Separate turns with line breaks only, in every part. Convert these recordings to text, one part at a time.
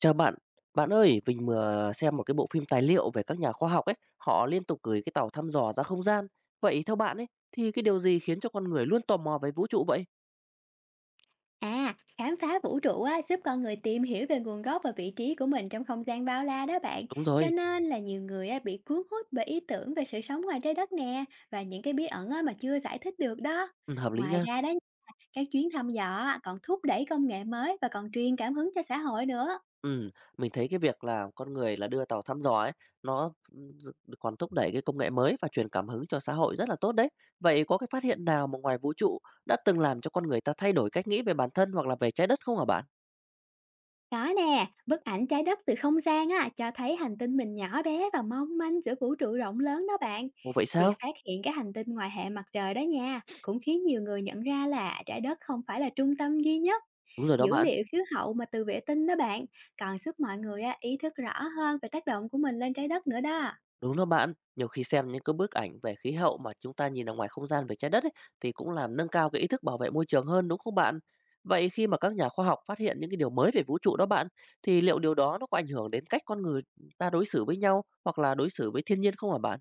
Chào bạn, bạn ơi, mình vừa xem một cái bộ phim tài liệu về các nhà khoa học ấy, họ liên tục gửi cái tàu thăm dò ra không gian. Vậy theo bạn ấy, thì cái điều gì khiến cho con người luôn tò mò về vũ trụ vậy?
À, khám phá vũ trụ á, giúp con người tìm hiểu về nguồn gốc và vị trí của mình trong không gian bao la đó bạn.
Đúng
Cho
rồi,
nên là nhiều người á, bị cuốn hút bởi ý tưởng về sự sống ngoài trái đất nè và những cái bí ẩn á, mà chưa giải thích được đó.
ừ, hợp lý
Ngoài
nha.
ra đó, các chuyến thăm dò á, còn thúc đẩy công nghệ mới và còn truyền cảm hứng cho xã hội nữa.
Ừ, mình thấy cái việc là con người là đưa tàu thăm dò ấy, nó còn thúc đẩy cái công nghệ mới và truyền cảm hứng cho xã hội rất là tốt đấy. Vậy có cái phát hiện nào mà ngoài vũ trụ đã từng làm cho con người ta thay đổi cách nghĩ về bản thân hoặc là về trái đất không hả bạn?
Có nè, bức ảnh trái đất từ không gian á, cho thấy hành tinh mình nhỏ bé và mong manh giữa vũ trụ rộng lớn đó bạn.
Ồ vậy
Việc
sao?
phát hiện cái hành tinh ngoài hệ mặt trời đó nha, cũng khiến nhiều người nhận ra là trái đất không phải là trung tâm duy nhất.
Đúng rồi đó
Dữ
bạn.
liệu khí hậu mà từ vệ tinh đó bạn, còn giúp mọi người á, ý thức rõ hơn về tác động của mình lên trái đất nữa đó.
Đúng đó bạn, nhiều khi xem những cái bức ảnh về khí hậu mà chúng ta nhìn ở ngoài không gian về trái đất ấy, thì cũng làm nâng cao cái ý thức bảo vệ môi trường hơn đúng không bạn? Vậy khi mà các nhà khoa học phát hiện những cái điều mới về vũ trụ đó bạn, thì liệu điều đó nó có ảnh hưởng đến cách con người ta đối xử với nhau hoặc là đối xử với thiên nhiên không hả bạn?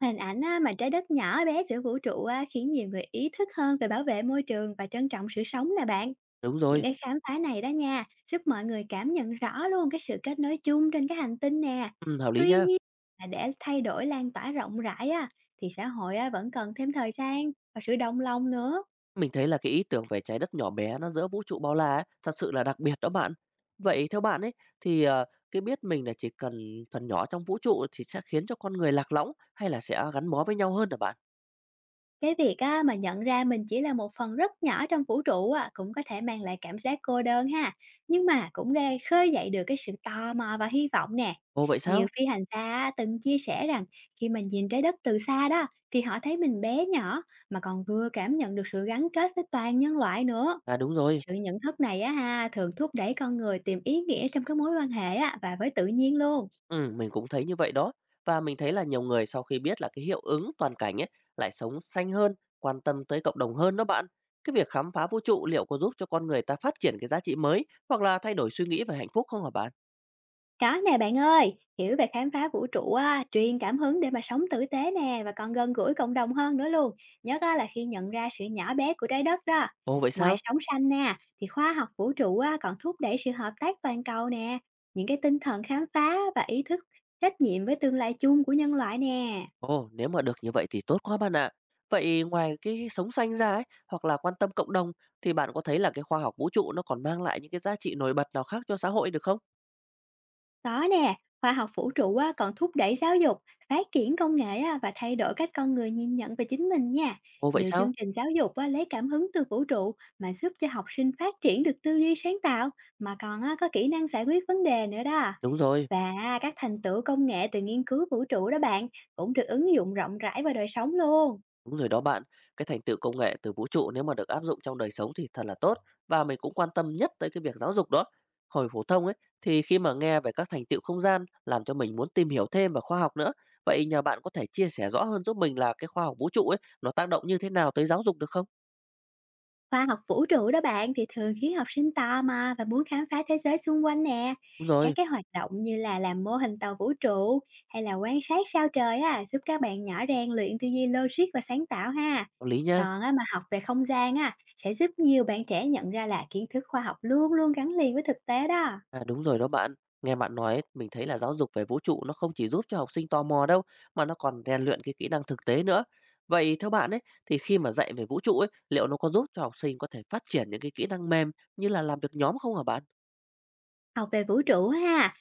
Hình ảnh á, mà trái đất nhỏ bé giữa vũ trụ á, khiến nhiều người ý thức hơn về bảo vệ môi trường và trân trọng sự sống nè bạn.
Đúng
Những
rồi,
cái khám phá này đó nha, giúp mọi người cảm nhận rõ luôn cái sự kết nối chung trên cái hành tinh nè.
ừ, hợp lý
Tuy
nhá.
nhiên là để thay đổi lan tỏa rộng rãi á, thì xã hội á, vẫn cần thêm thời gian và sự đồng lòng nữa.
Mình thấy là cái ý tưởng về trái đất nhỏ bé nó giữa vũ trụ bao la ấy, thật sự là đặc biệt đó bạn. Vậy theo bạn ấy thì cái biết mình là chỉ cần phần nhỏ trong vũ trụ thì sẽ khiến cho con người lạc lõng hay là sẽ gắn bó với nhau hơn hả bạn?
Cái việc á, mà nhận ra mình chỉ là một phần rất nhỏ trong vũ trụ á, cũng có thể mang lại cảm giác cô đơn ha, nhưng mà cũng gây khơi dậy được cái sự tò mò và hy vọng nè.
Ồ, vậy
Nhiều
sao?
phi hành gia á, từng chia sẻ rằng khi mình nhìn trái đất từ xa đó thì họ thấy mình bé nhỏ mà còn vừa cảm nhận được sự gắn kết với toàn nhân loại nữa.
À, đúng rồi.
Sự nhận thức này á ha, thường thúc đẩy con người tìm ý nghĩa trong các mối quan hệ á và với tự nhiên luôn.
Mình cũng thấy như vậy đó. Và mình thấy là nhiều người sau khi biết là cái hiệu ứng toàn cảnh ấy lại sống xanh hơn, quan tâm tới cộng đồng hơn đó bạn. Cái việc khám phá vũ trụ liệu có giúp cho con người ta phát triển cái giá trị mới hoặc là thay đổi suy nghĩ về hạnh phúc không hả bạn?
Có nè bạn ơi, hiểu về khám phá vũ trụ á, truyền cảm hứng để mà sống tử tế nè và còn gần gũi cộng đồng hơn nữa luôn. Nhất á, là khi nhận ra sự nhỏ bé của trái đất đó.
Ồ, vậy
Ngoài
sao?
sống xanh nè, thì khoa học vũ trụ á, còn thúc đẩy sự hợp tác toàn cầu nè, những cái tinh thần khám phá và ý thức trách nhiệm với tương lai chung của nhân loại nè.
Ồ, nếu mà được như vậy thì tốt quá bạn ạ. Vậy ngoài cái sống xanh ra ấy, hoặc là quan tâm cộng đồng thì bạn có thấy là cái khoa học vũ trụ nó còn mang lại những cái giá trị nổi bật nào khác cho xã hội được không?
Có nè, khoa học vũ trụ á, còn thúc đẩy giáo dục, phát triển công nghệ á, và thay đổi cách con người nhìn nhận về chính mình nha.
Ồ, vậy
Nhiều
sao?
chương trình giáo dục á, lấy cảm hứng từ vũ trụ mà giúp cho học sinh phát triển được tư duy sáng tạo mà còn á, có kỹ năng giải quyết vấn đề nữa đó.
Đúng rồi.
Và các thành tựu công nghệ từ nghiên cứu vũ trụ đó bạn cũng được ứng dụng rộng rãi vào đời sống luôn.
Đúng rồi đó bạn, cái thành tựu công nghệ từ vũ trụ nếu mà được áp dụng trong đời sống thì thật là tốt và mình cũng quan tâm nhất tới cái việc giáo dục đó. Hồi phổ thông ấy thì khi mà nghe về các thành tựu không gian làm cho mình muốn tìm hiểu thêm về khoa học nữa. Vậy nhờ bạn có thể chia sẻ rõ hơn giúp mình là cái khoa học vũ trụ ấy nó tác động như thế nào tới giáo dục được không?
Khoa học vũ trụ đó bạn, thì thường khiến học sinh tò mò và muốn khám phá thế giới xung quanh nè.
Đúng
Các
rồi,
cái hoạt động như là làm mô hình tàu vũ trụ hay là quan sát sao trời á, giúp các bạn nhỏ rèn luyện tư duy logic và sáng tạo ha.
có lý nha.
Còn á, mà học về không gian á, sẽ giúp nhiều bạn trẻ nhận ra là kiến thức khoa học luôn luôn gắn liền với thực tế đó.
À, đúng rồi đó bạn. Nghe bạn nói mình thấy là giáo dục về vũ trụ nó không chỉ giúp cho học sinh tò mò đâu, mà nó còn rèn luyện cái kỹ năng thực tế nữa. Vậy theo bạn ấy, thì khi mà dạy về vũ trụ ấy, liệu nó có giúp cho học sinh có thể phát triển những cái kỹ năng mềm như là làm việc nhóm không hả bạn?
Học về vũ trụ ha,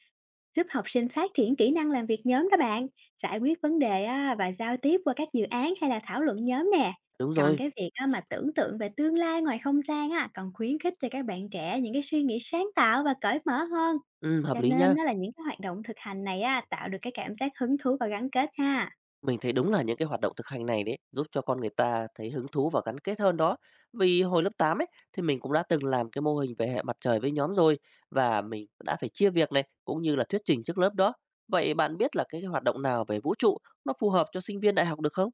giúp học sinh phát triển kỹ năng làm việc nhóm đó bạn, giải quyết vấn đề á, và giao tiếp qua các dự án hay là thảo luận nhóm nè.
Đúng
Còn
rồi,
cái việc á, mà tưởng tượng về tương lai ngoài không gian á, còn khuyến khích cho các bạn trẻ những cái suy nghĩ sáng tạo và cởi mở hơn.
ừ, hợp
Cho
lý
nên
nhá.
nó là những cái hoạt động thực hành này á, tạo được cái cảm giác hứng thú và gắn kết ha.
Mình thấy đúng là những cái hoạt động thực hành này đấy giúp cho con người ta thấy hứng thú và gắn kết hơn đó. Vì hồi lớp 8 ấy thì mình cũng đã từng làm cái mô hình về hệ mặt trời với nhóm rồi và mình đã phải chia việc này cũng như là thuyết trình trước lớp đó. Vậy bạn biết là cái hoạt động nào về vũ trụ nó phù hợp cho sinh viên đại học được không?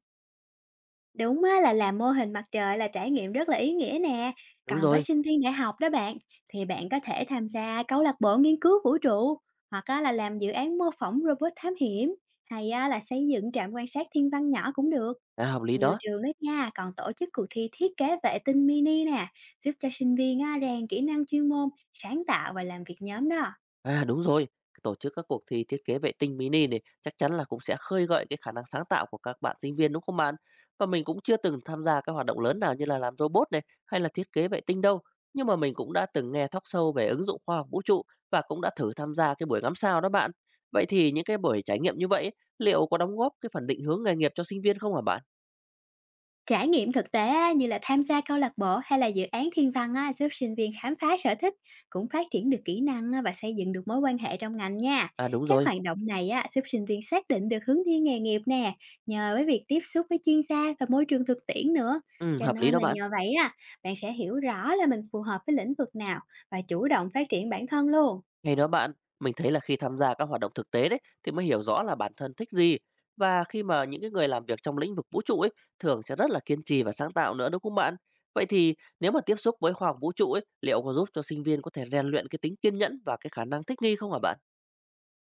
Đúng á, là làm mô hình mặt trời là trải nghiệm rất là ý nghĩa nè.
Đúng
Còn với
rồi,
sinh viên đại học đó bạn, thì bạn có thể tham gia câu lạc bộ nghiên cứu vũ trụ, hoặc á, là làm dự án mô phỏng robot thám hiểm, hay á, là xây dựng trạm quan sát thiên văn nhỏ cũng được.
à, hợp lý
Nhiều
đó.
trường đó nha, còn tổ chức cuộc thi thiết kế vệ tinh mini nè, giúp cho sinh viên á, rèn kỹ năng chuyên môn, sáng tạo và làm việc nhóm đó.
À, đúng rồi, tổ chức các cuộc thi thiết kế vệ tinh mini này chắc chắn là cũng sẽ khơi gợi cái khả năng sáng tạo của các bạn sinh viên đúng không bạn? Và mình cũng chưa từng tham gia các hoạt động lớn nào như là làm robot này hay là thiết kế vệ tinh đâu, nhưng mà mình cũng đã từng nghe talk show về ứng dụng khoa học vũ trụ và cũng đã thử tham gia cái buổi ngắm sao đó bạn. Vậy thì những cái buổi trải nghiệm như vậy ấy, liệu có đóng góp cái phần định hướng nghề nghiệp cho sinh viên không hả bạn?
Trải nghiệm thực tế á, như là tham gia câu lạc bộ hay là dự án thiên văn á, giúp sinh viên khám phá sở thích, cũng phát triển được kỹ năng á, và xây dựng được mối quan hệ trong ngành nha.
À đúng
Các
rồi,
hoạt động này á, giúp sinh viên xác định được hướng đi nghề nghiệp nè, nhờ với việc tiếp xúc với chuyên gia và môi trường thực tiễn nữa.
ừ,
Cho
hợp lý
nên
đó
là
bạn.
nhờ vậy á, bạn sẽ hiểu rõ là mình phù hợp với lĩnh vực nào và chủ động phát triển bản thân luôn.
Hay đó bạn, mình thấy là khi tham gia các hoạt động thực tế đấy thì mới hiểu rõ là bản thân thích gì và khi mà những cái người làm việc trong lĩnh vực vũ trụ ấy thường sẽ rất là kiên trì và sáng tạo nữa đúng không bạn? Vậy thì nếu mà tiếp xúc với khoa học vũ trụ ấy, liệu có giúp cho sinh viên có thể rèn luyện cái tính kiên nhẫn và cái khả năng thích nghi không hả bạn?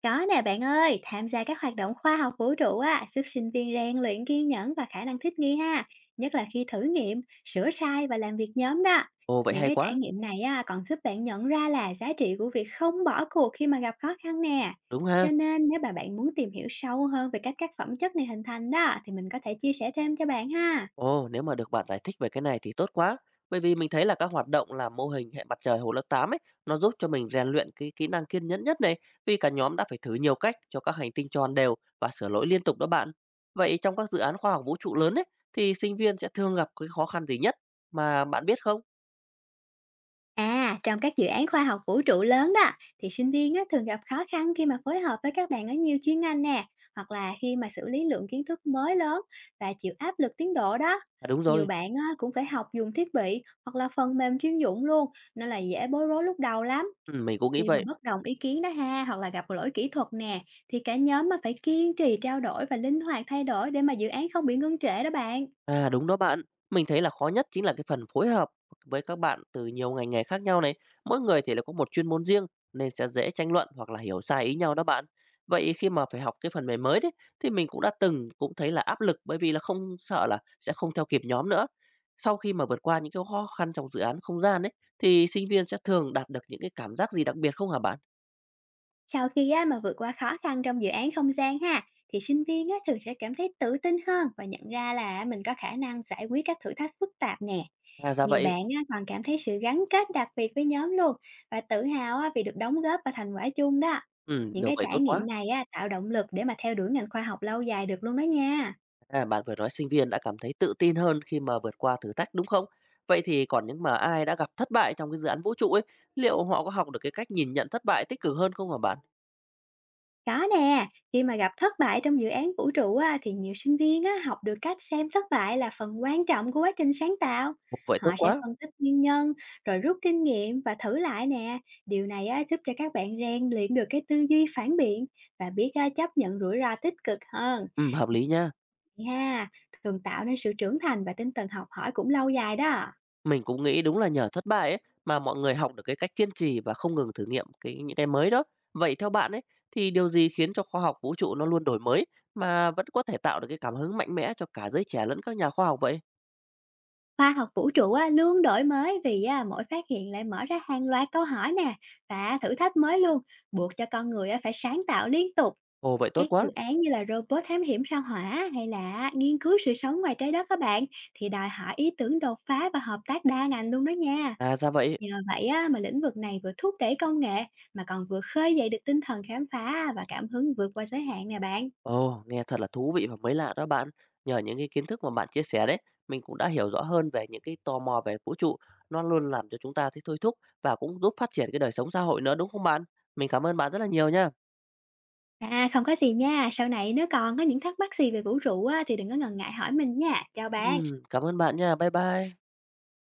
Có nè bạn ơi, tham gia các hoạt động khoa học vũ trụ á, giúp sinh viên rèn luyện kiên nhẫn và khả năng thích nghi ha, nhất là khi thử nghiệm, sửa sai và làm việc nhóm đó.
Ồ vậy
Những
hay
cái trải
quá,
nghiệm này á, còn giúp bạn nhận ra là giá trị của việc không bỏ cuộc khi mà gặp khó khăn nè.
đúng ha.
Cho nên nếu mà bạn muốn tìm hiểu sâu hơn về cách các phẩm chất này hình thành đó, thì mình có thể chia sẻ thêm cho bạn ha.
Ồ, nếu mà được bạn giải thích về cái này thì tốt quá. Bởi vì mình thấy là các hoạt động làm mô hình hệ mặt trời hồ lớp 8 ấy, nó giúp cho mình rèn luyện cái kỹ năng kiên nhẫn nhất này, vì cả nhóm đã phải thử nhiều cách cho các hành tinh tròn đều và sửa lỗi liên tục đó bạn. Vậy trong các dự án khoa học vũ trụ lớn ấy, thì sinh viên sẽ thường gặp cái khó khăn gì nhất mà bạn biết không?
À, trong các dự án khoa học vũ trụ lớn đó thì sinh viên á, thường gặp khó khăn khi mà phối hợp với các bạn ở nhiều chuyên ngành nè, hoặc là khi mà xử lý lượng kiến thức mới lớn và chịu áp lực tiến độ đó.
À đúng
Nhiều
rồi,
bạn á, cũng phải học dùng thiết bị hoặc là phần mềm chuyên dụng luôn, nên là dễ bối rối lúc đầu lắm.
ừ, mình cũng nghĩ
Khi mà
vậy.
bất đồng ý kiến đó ha, hoặc là gặp lỗi kỹ thuật nè, thì cả nhóm mà phải kiên trì trao đổi và linh hoạt thay đổi để mà dự án không bị ngưng trễ đó bạn.
À, đúng đó bạn. Mình thấy là khó nhất chính là cái phần phối hợp với các bạn từ nhiều ngành nghề khác nhau này. Mỗi người thì lại có một chuyên môn riêng nên sẽ dễ tranh luận hoặc là hiểu sai ý nhau đó bạn. Vậy khi mà phải học cái phần mềm mới đấy thì mình cũng đã từng cũng thấy là áp lực bởi vì là không sợ là sẽ không theo kịp nhóm nữa. Sau khi mà vượt qua những cái khó khăn trong dự án không gian đấy thì sinh viên sẽ thường đạt được những cái cảm giác gì đặc biệt không hả bạn?
Sau khi á, mà vượt qua khó khăn trong dự án không gian ha, thì sinh viên á, thường sẽ cảm thấy tự tin hơn và nhận ra là mình có khả năng giải quyết các thử thách phức tạp nè.
À ra
Nhiều
vậy.
bạn á, còn cảm thấy sự gắn kết đặc biệt với nhóm luôn, và tự hào á, vì được đóng góp vào thành quả chung đó.
Ừ,
Những
được
cái
vậy tốt
trải nghiệm
quá.
này á, tạo động lực để mà theo đuổi ngành khoa học lâu dài được luôn đó nha.
À, bạn vừa nói sinh viên đã cảm thấy tự tin hơn khi mà vượt qua thử thách đúng không? Vậy thì còn những mà ai đã gặp thất bại trong cái dự án vũ trụ ấy, liệu họ có học được cái cách nhìn nhận thất bại tích cực hơn không hả bạn?
Có nè, khi mà gặp thất bại trong dự án vũ trụ á, thì nhiều sinh viên á, học được cách xem thất bại là phần quan trọng của quá trình sáng tạo.
Ồ, vậy tốt
Họ sẽ
quá.
phân tích nguyên nhân, rồi rút kinh nghiệm và thử lại nè. Điều này á, giúp cho các bạn rèn luyện được cái tư duy phản biện và biết á, chấp nhận rủi ro tích cực hơn.
Ừ, hợp lý nha.
Ha, thường tạo nên sự trưởng thành và tinh thần học hỏi cũng lâu dài đó.
Mình cũng nghĩ đúng là nhờ thất bại ấy mà mọi người học được cái cách kiên trì và không ngừng thử nghiệm cái những cái mới đó. Vậy theo bạn ấy thì điều gì khiến cho khoa học vũ trụ nó luôn đổi mới mà vẫn có thể tạo được cái cảm hứng mạnh mẽ cho cả giới trẻ lẫn các nhà khoa học vậy?
Khoa học vũ trụ á, luôn đổi mới vì á, mỗi phát hiện lại mở ra hàng loạt câu hỏi nè và thử thách mới luôn, buộc cho con người á, phải sáng tạo liên tục.
Ồ vậy tốt
Các dự
quá.
án như là robot thám hiểm sao hỏa hay là nghiên cứu sự sống ngoài trái đất các bạn, thì đòi hỏi ý tưởng đột phá và hợp tác đa ngành luôn đó nha.
À ra vậy.
Nhờ vậy á, mà lĩnh vực này vừa thúc đẩy công nghệ mà còn vừa khơi dậy được tinh thần khám phá và cảm hứng vượt qua giới hạn nè bạn.
Ồ, nghe thật là thú vị và mới lạ đó bạn. Nhờ những cái kiến thức mà bạn chia sẻ đấy, mình cũng đã hiểu rõ hơn về những cái tò mò về vũ trụ. Nó luôn làm cho chúng ta thấy thôi thúc và cũng giúp phát triển cái đời sống xã hội nữa đúng không bạn? Mình cảm ơn bạn rất là nhiều nha.
À không có gì nha, sau này nếu còn có những thắc mắc gì về vũ trụ á, thì đừng có ngần ngại hỏi mình nha. Chào bạn.
Cảm ơn bạn nha. Bye bye.